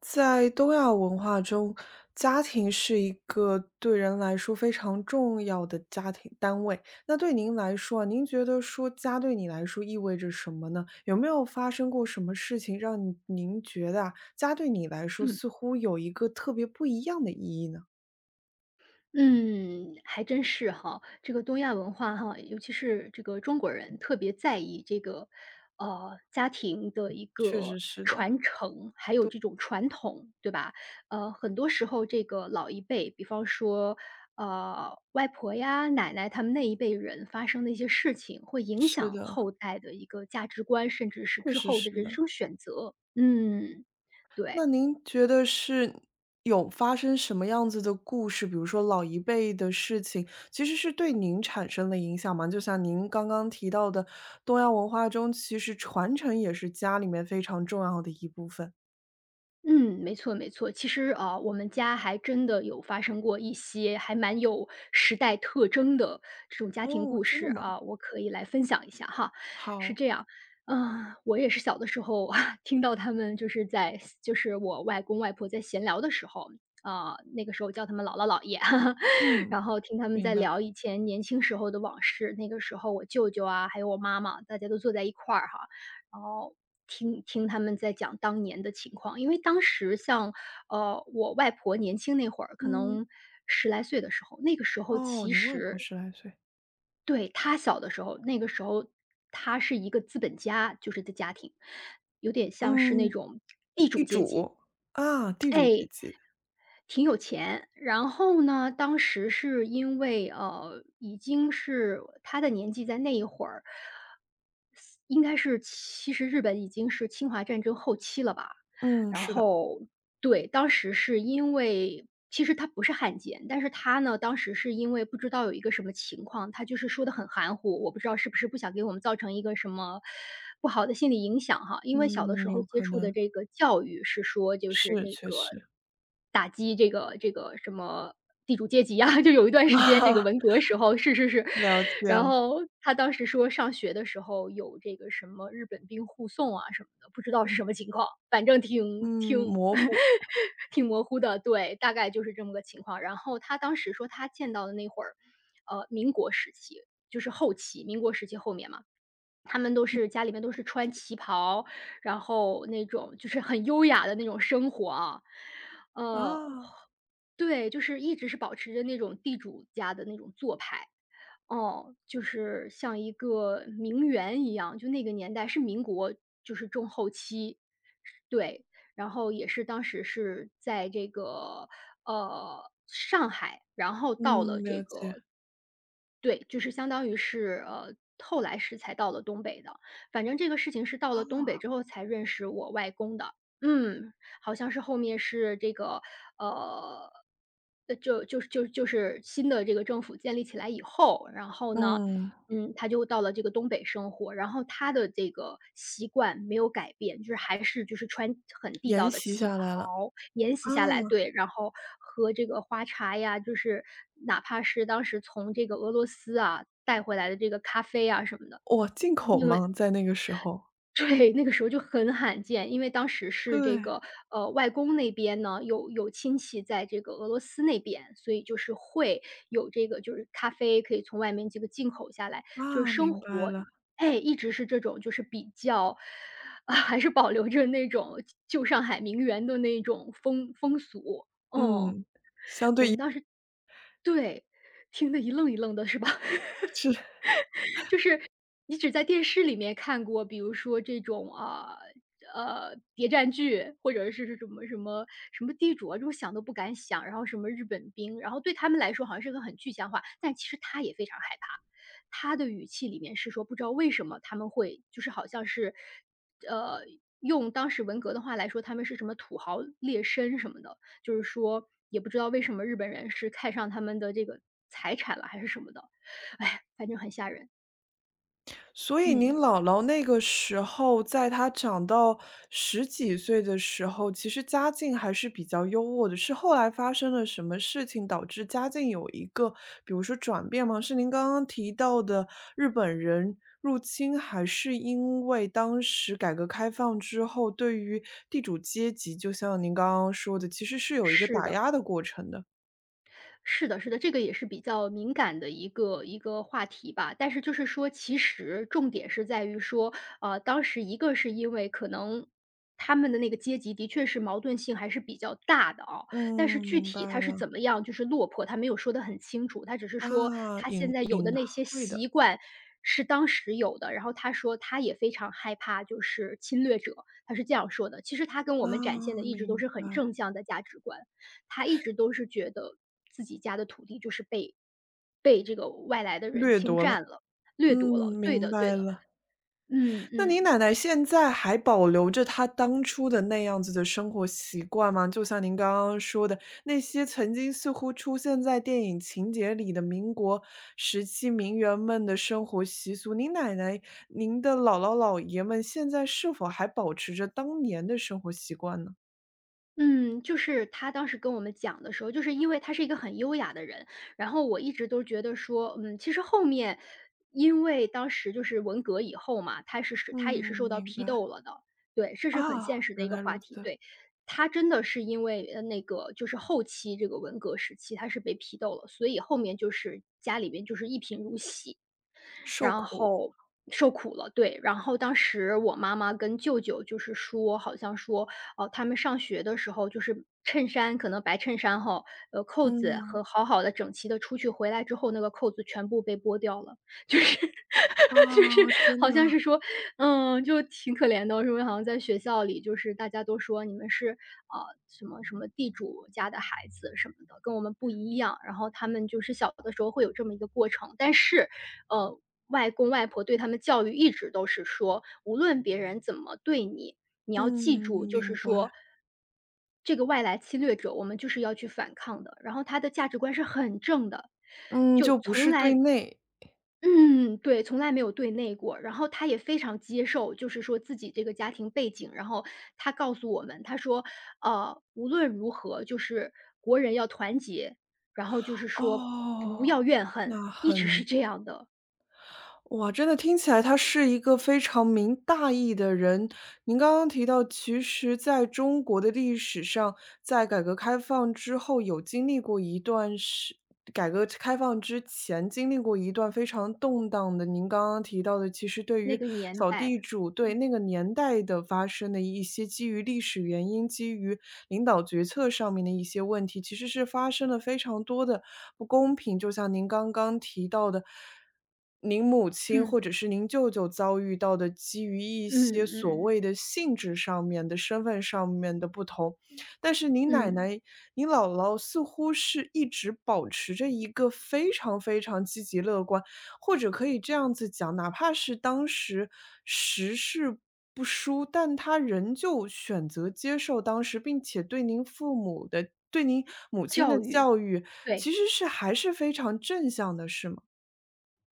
在东亚文化中，家庭是一个对人来说非常重要的家庭单位。那对您来说啊，您觉得说家对你来说意味着什么呢？有没有发生过什么事情让你您觉得啊，家对你来说嗯似乎有一个特别不一样的意义呢？嗯，还真是哈。这个东亚文化哈，尤其是这个中国人特别在意这个，家庭的一确个实是的，传承，还有这种传统，对吧？很多时候这个老一辈，比方说，外婆呀、奶奶他们那一辈人发生的一些事情，会影是响的，后代的一个价值观，甚至是确之实后是的人的。生选择。嗯，对。那您觉得是有发生什么样子的故事，比如说老一辈的事情，其实是对您产生了影响吗？就像您刚刚提到的，东亚文化中其实传承也是家里面非常重要的一部分。嗯，没错没错。其实啊，我们家还真的有发生过一些还蛮有时代特征的这种家庭哦，故真事的吗？啊，我可以来分享一下哈。是好，这样，嗯，我也是小的时候 听到他们就是在就是我外公外婆在闲聊的时候。啊、那个时候叫他们姥姥姥爷，嗯，然后听他们明在白，聊以前年轻时候的往事。那个时候我舅舅啊，还有我妈妈，大家都坐在一块儿哈，听听他们在讲当年的情况。因为当时像，我外婆年轻那会儿，可嗯，能十来岁的时候，那个时候哦，其您外婆实十来岁，对，她小的时候，那个时候她是一个资本家，就是的家庭，有点像是那嗯，种地主地阶级，主啊，地主哎，阶级，挺有钱。然后呢，当时是因为，已经是她的年纪在那一会儿应该是其实日本已经是侵华战争后期了吧。嗯，然是的，后对，当时是因为其实他不是汉奸，但是他呢，当时是因为不知道有一个什么情况，他就是说的很含糊，我不知道是不是不想给我们造成一个什么不好的心理影响哈。因为小的嗯，时候有接可触的能这个教育是说，就是是，那确个实，打击这个什么地主阶级啊，就有一段 时间这个啊文革时候，是是是。了解然了，后他当时说上学的时候有这个什么日本兵护送啊什么的，不知道是什么情况，反正嗯，模糊。挺模糊的，对，大概就是这么个情况。然后他当时说他见到的那会儿，民国时期，就是后期，民国时期后面嘛。他们都是家里面都是穿旗袍，然后那种就是很优雅的那种生活啊。呃，啊，对，就是一直是保持着那种地主家的那种做派。哦，就是像一个名媛一样，就那个年代是民国，就是中后期，对。然后也是当时是在这个，上海，然后到了嗯，这了解，啊，个对，就是相当于是，后来是才到了东北的。反正这个事情是到了东北之后才认识我外公的。嗯，好像是后面是这个，呃，就是新的这个政府建立起来以后，然后呢嗯，他就到了这个东北生活，然后他的这个习惯没有改变，就是还是就是穿很地道沿的袭旗下来了，袍，沿袭啊，下来，对，然后喝这个花茶呀，就是哪怕是当时从这个俄罗斯啊带回来的这个咖啡啊什么的，哇，进口因为吗？在那个时候。对，那个时候就很罕见，因为当时是这对，个，外公那边呢，有亲戚在这个俄罗斯那边，所以就是会有这个就是咖啡可以从外面这个进口下来，就是啊，生明白活了，哎，一直是这种就是比较啊，还是保留着那种旧上海名媛的那种风俗。嗯，嗯，相我对们一当时对，听得一愣一愣的是吧？致。就是你只在电视里面看过，比如说这种啊谍战剧，或者是什么什么什么地主啊，这种想都不敢想，然后什么日本兵，然后对他们来说好像是个很具象化，但其实他也非常害怕。他的语气里面是说，不知道为什么他们会，就是好像是，呃，用当时文革的话来说，他们是什么土豪劣绅什么的，就是说也不知道为什么日本人是看上他们的这个财产了还是什么的，哎，反正很吓人。所以您嗯，姥姥那个时候，在她长到十几岁的时候，其实家境还是比较优渥的。是后来发生了什么事情导致家境有一个，比如说转变吗？是您刚刚提到的日本人入侵，还是因为当时改革开放之后，对于地主阶级，就像您刚刚说的，其实是有一个是打的，压的过程的。是的，是的，这个也是比较敏感的一个话题吧。但是就是说，其实重点是在于说，当时一个是因为可能他们的那个阶级的确是矛盾性还是比较大的啊，但是嗯，具明体白他是了。怎么样就是落魄，他没有说的很清楚，他只是说啊，他现隐在有的隐那些晦习的。惯是当时有的，然后他说他也非常害怕就是侵略者，他是这样说的。其实他跟我啊，们展现的一直都明是很正白。向的价值观。他一直都是觉得自己家的土地就是被这个外来的人掠侵夺占了，了、掠夺嗯，了。对明的对白的，了。嗯那你嗯。奶奶现在还保留着她当初的那样子的生活习惯吗？就像您刚刚说的，那些曾经似乎出现在电影情节里的民国时期名媛们的生活习俗，您奶奶、您的姥姥姥爷们现在是否还保持着当年的生活习惯呢？嗯，就是他当时跟我们讲的时候，就是因为他是一个很优雅的人，然后我一直都觉得说，其实后面因为当时就是文革以后嘛，他也是嗯，受到明批白。斗了的，对，这是很现啊，实的一原个来话如题，此，对。他真的是因为那个就是后期这个文革时期，他是被批斗了，所以后面就是家里边就是一贫如洗，受然苦，后受苦了，对。然后当时我妈妈跟舅舅就是说，好像说，哦，他们上学的时候就是衬衫可能白衬衫哈，扣子嗯，和好好的整齐的出去，回来之后那个扣子全部被剥掉了，就是 啊，就是真好的像啊，是说，嗯，就挺可怜的哦，说好像在学校里就是大家都说你们是，啊，什么什么地主家的孩子什么的，跟我们不一样，然后他们就是小的时候会有这么一个过程。但是呃，外公外婆对他们教育一直都是说，无论别人怎么对你，你要嗯，记住，就是明白。说，这个外来侵略者，我们就是要去反抗的。然后他的价值观是很正的，嗯，就就不从是对来内。嗯，对，从来没有对内过。然后他也非常接受，就是说自己这个家庭背景。然后他告诉我们，他说，无论如何，就是国人要团结，然后就是说不哦，要怨恨，那一直是很这样的。哇，真的听起来他是一个非常明大义的人。您刚刚提到，其实在中国的历史上，在改革开放之后，有经历过一段是改革开放之前经历过一段非常动荡的。您刚刚提到的，其实对那于个年扫地代，主对嗯那个年代的发生的一些基于历史原因、基于领导决策上面的一些问题，其实是发生了非常多的不公平。就像您刚刚提到的。您母亲或嗯者是您舅舅遭遇到的基于一嗯些所嗯谓的性质上面的、身份上面的不同，但是您奶嗯，奶、您姥姥似乎是一直保持着一个非常非常积极乐观，或者可以这样子讲，哪怕是当时时事不舒，但她仍旧选择接受当时，并且对您父母的对您母亲的教育，教育，对。其实是还是非常正向的，是吗？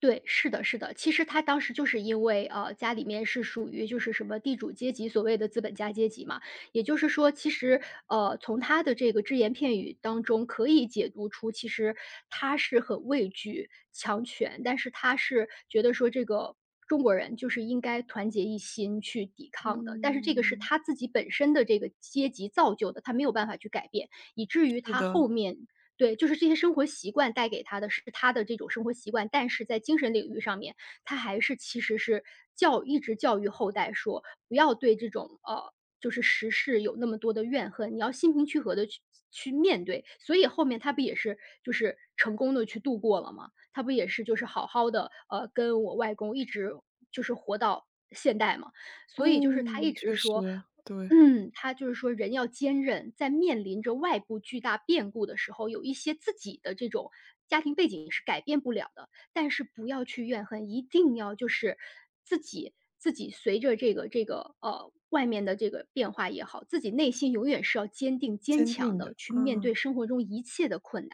对，是的，是的。其实他当时就是因为，家里面是属于就是什么地主阶级，所谓的资本家阶级嘛。也就是说，其实，从他的这个只言片语当中可以解读出，其实他是很畏惧强权，但是他是觉得说这个中国人就是应该团结一心去抵抗的。但是这个是嗯，他自己本身的这个阶级造就的，他没有办法去改变，以至于是他的，后面对，就是这些生活习惯带给他的是他的这种生活习惯，但是在精神领域上面，他还是其实是一直教育后代说，不要对这种就是时事有那么多的怨恨，你要心平气和的去面对。所以后面他不也是就是成功的去度过了吗？他不也是就是好好的跟我外公一直就是活到现代嘛。所以就是他一嗯，直确说，实，对，嗯，他就是说人要坚韧，在面临着外部巨大变故的时候，有一些自己的这种家庭背景是改变不了的，但是不要去怨恨，一定要就是自己随着这个外面的这个变化也好，自己内心永远是要坚定坚坚强定的，的去面啊。对生活中一切的困难，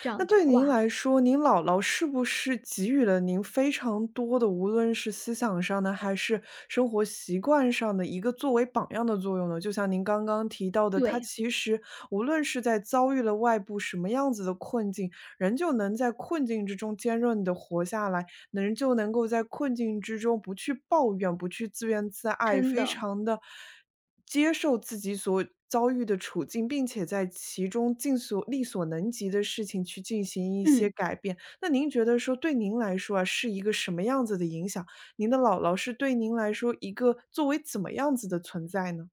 这那样子对您哇，来说，您姥姥是不是给予了您非常多的，无论是思想上的，还是生活习惯上的一个作为榜样的作用呢？就像您刚刚提到的，她对，其实无论是在遭遇了外部什么样子的困境，人就能在困境之中坚韧的活下来，人就能够在困境之中不去抱怨、不去自怨自艾，真非的，常的。接受自己所遭遇的处境，并且在其中尽所力所能及的事情去进行一些嗯。改变。那您觉得说对您来说啊，是一个什么样子的影响？您的姥姥是对您来说一个作为怎么样子的存在呢？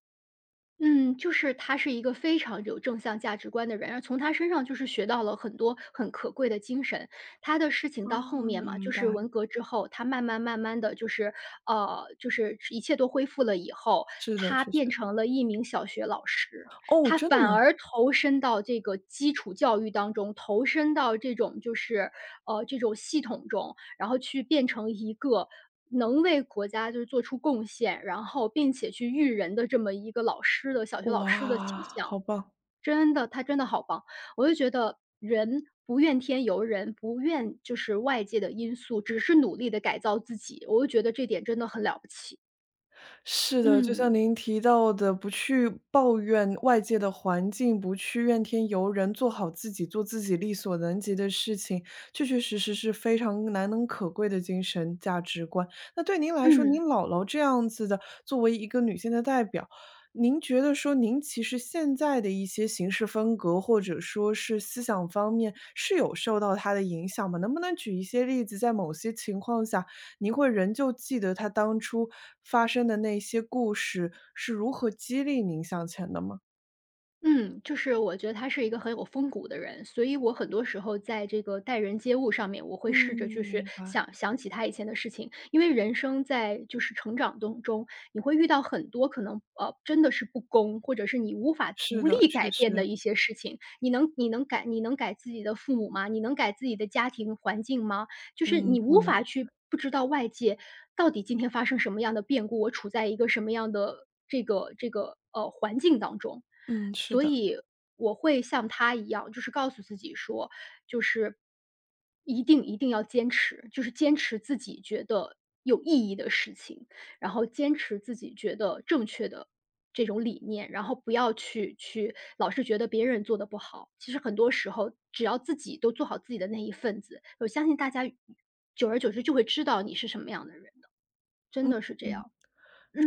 嗯，就是他是一个非常有正向价值观的人，然从他身上就是学到了很多很可贵的精神。他的事情到啊，后面嘛，就明是文白，革之后，他慢慢的就是，就是一切都恢复了以后，是的，他确变实。成了一名小学老师，哦，他真的反吗？而投身到这个基础教育当中，投身到这种就是，这种系统中，然后去变成一个能为国家就是做出贡献，然后并且去育人的这么一个老师的小学老师的哇，形象。好棒！真的，他真的好棒！我就觉得人不怨天尤人，不怨就是外界的因素，只是努力的改造自己，我就觉得这点真的很了不起。是的，就像嗯，您提到的，不去抱怨外界的环境，不去怨天尤人，做好自己，做自己力所能及的事情，确确实实是非常难能可贵的精神价值观。那对您来说，嗯。您姥姥这样子的，作为一个女性的代表，您觉得说您其实现在的一些行事风格，或者说是思想方面，是有受到她的影响吗？能不能举一些例子，在某些情况下，您会仍旧记得他当初发生的那些故事是如何激励您向前的吗？嗯，就是我觉得他是一个很有风骨的人，所以我很多时候在这个待人接物上面，我会嗯，试着就是明白，想起他以前的事情，因为人生在就是成长当中，你会遇到很多可能真的是不公，或者是你无法是无力的，确改变的实，一些事情。你能改自己的父母吗？你能改自己的家庭环境吗？就是嗯，你不无能，法去不知道外界到底今天发生什么样的变故，我处在一个什么样的这个环境当中。嗯，是所的，以我会像他一样，就是告诉自己说，就是一定要坚持，就是坚持自己觉得有意义的事情，然后坚持自己觉得正确的这种理念，然后不要去老是觉得别人做的不好。其实很多时候，只要自己都做好自己的那一份子，我相信大家久而久之就会知道你是什么样的人，真嗯的是这嗯。样。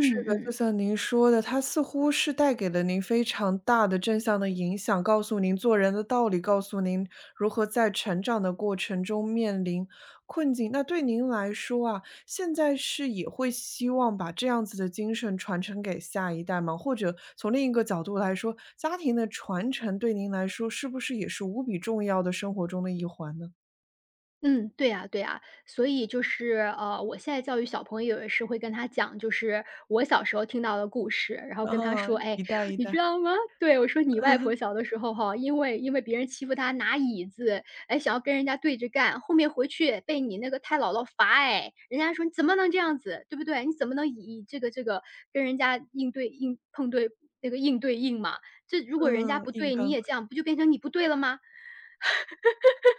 是的，就嗯。像您说的，它似乎是带给了您非常大的正向的影响，告诉您做人的道理，告诉您如何在成长的过程中面临困境。那对您来说啊，现在是也会希望把这样子的精神传承给下一代吗？或者从另一个角度来说，家庭的传承对您来说是不是也是无比重要的生活中的一环呢？嗯，对呀对呀。所以就是，我现在教育小朋友也是会跟他讲，就是我小时候听到的故事，然后跟他啊，说：“哎，一代一你代，知道吗？对，我说你外婆 小的时候哈，因为别人欺负她拿椅子，哎，想要跟人家对着干，后面回去被你那个太姥姥罚哎，人家说你怎么能这样子，对不对？你怎么能以以这个跟人家应对应碰对那个应对应嘛，这如果人家嗯，不硬对，你刚。也这样，不就变成你不对了吗？”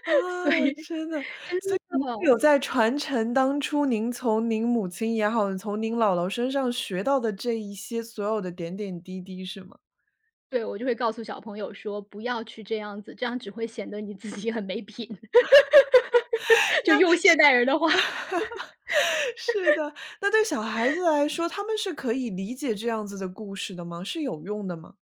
啊，所以真的，所以您是哦。有 在传承当初您从您母亲也好，从您姥姥身上学到的这一些所有的点点滴滴，是吗？对，我就会告诉小朋友说：“不要去这样子，这样只会显得你自己很没品。就用现代人的话 是的，那对小孩子来说，他们是可以理解这样子的故事的吗？是有用的吗？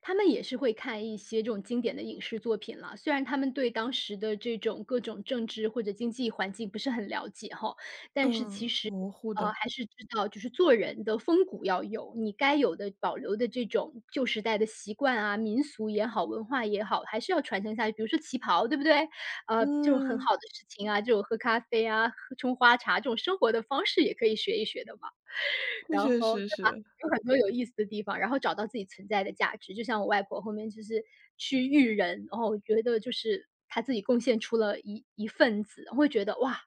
他们也是会看一些这种经典的影视作品了，虽然他们对当时的这种各种政治或者经济环境不是很了解哈，但是其嗯，实，模糊的，还是知道就是做人的风骨要有，你该有的保留的这种旧时代的习惯啊、民俗也好、文化也好，还是要传承下去。比如说旗袍，对不对？这种很嗯，好的事情啊，这种喝咖啡啊、喝冲花茶这种生活的方式也可以学一学的嘛。确然确后对实吧？实。有很多有意思的地方，然后找到自己存在的价值。就像我外婆后面就是去育人，然后我觉得就是她自己贡献出了一份子，我会觉得哇，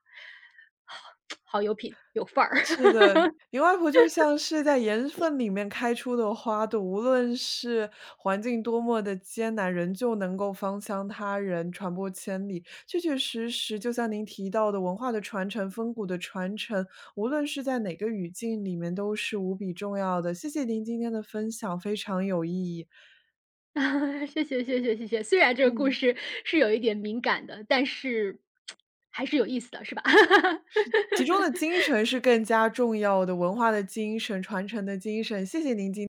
好有品有范儿。是 的，你外婆就像是在盐分里面开出的花朵，无论是环境多么的艰难，仍旧能够芳香他人，传播千里。确确实实，就像您提到的，文化的传承、风骨的传承，无论是在哪个语境里面，都是无比重要的。谢谢您今天的分享，非常有意义。啊谢谢谢谢谢谢，虽然这个故嗯，事是有一点敏感的，但是 还是有意思的，是吧？其中的精神是更加重要的，文化的精神、传承的精神。谢谢您今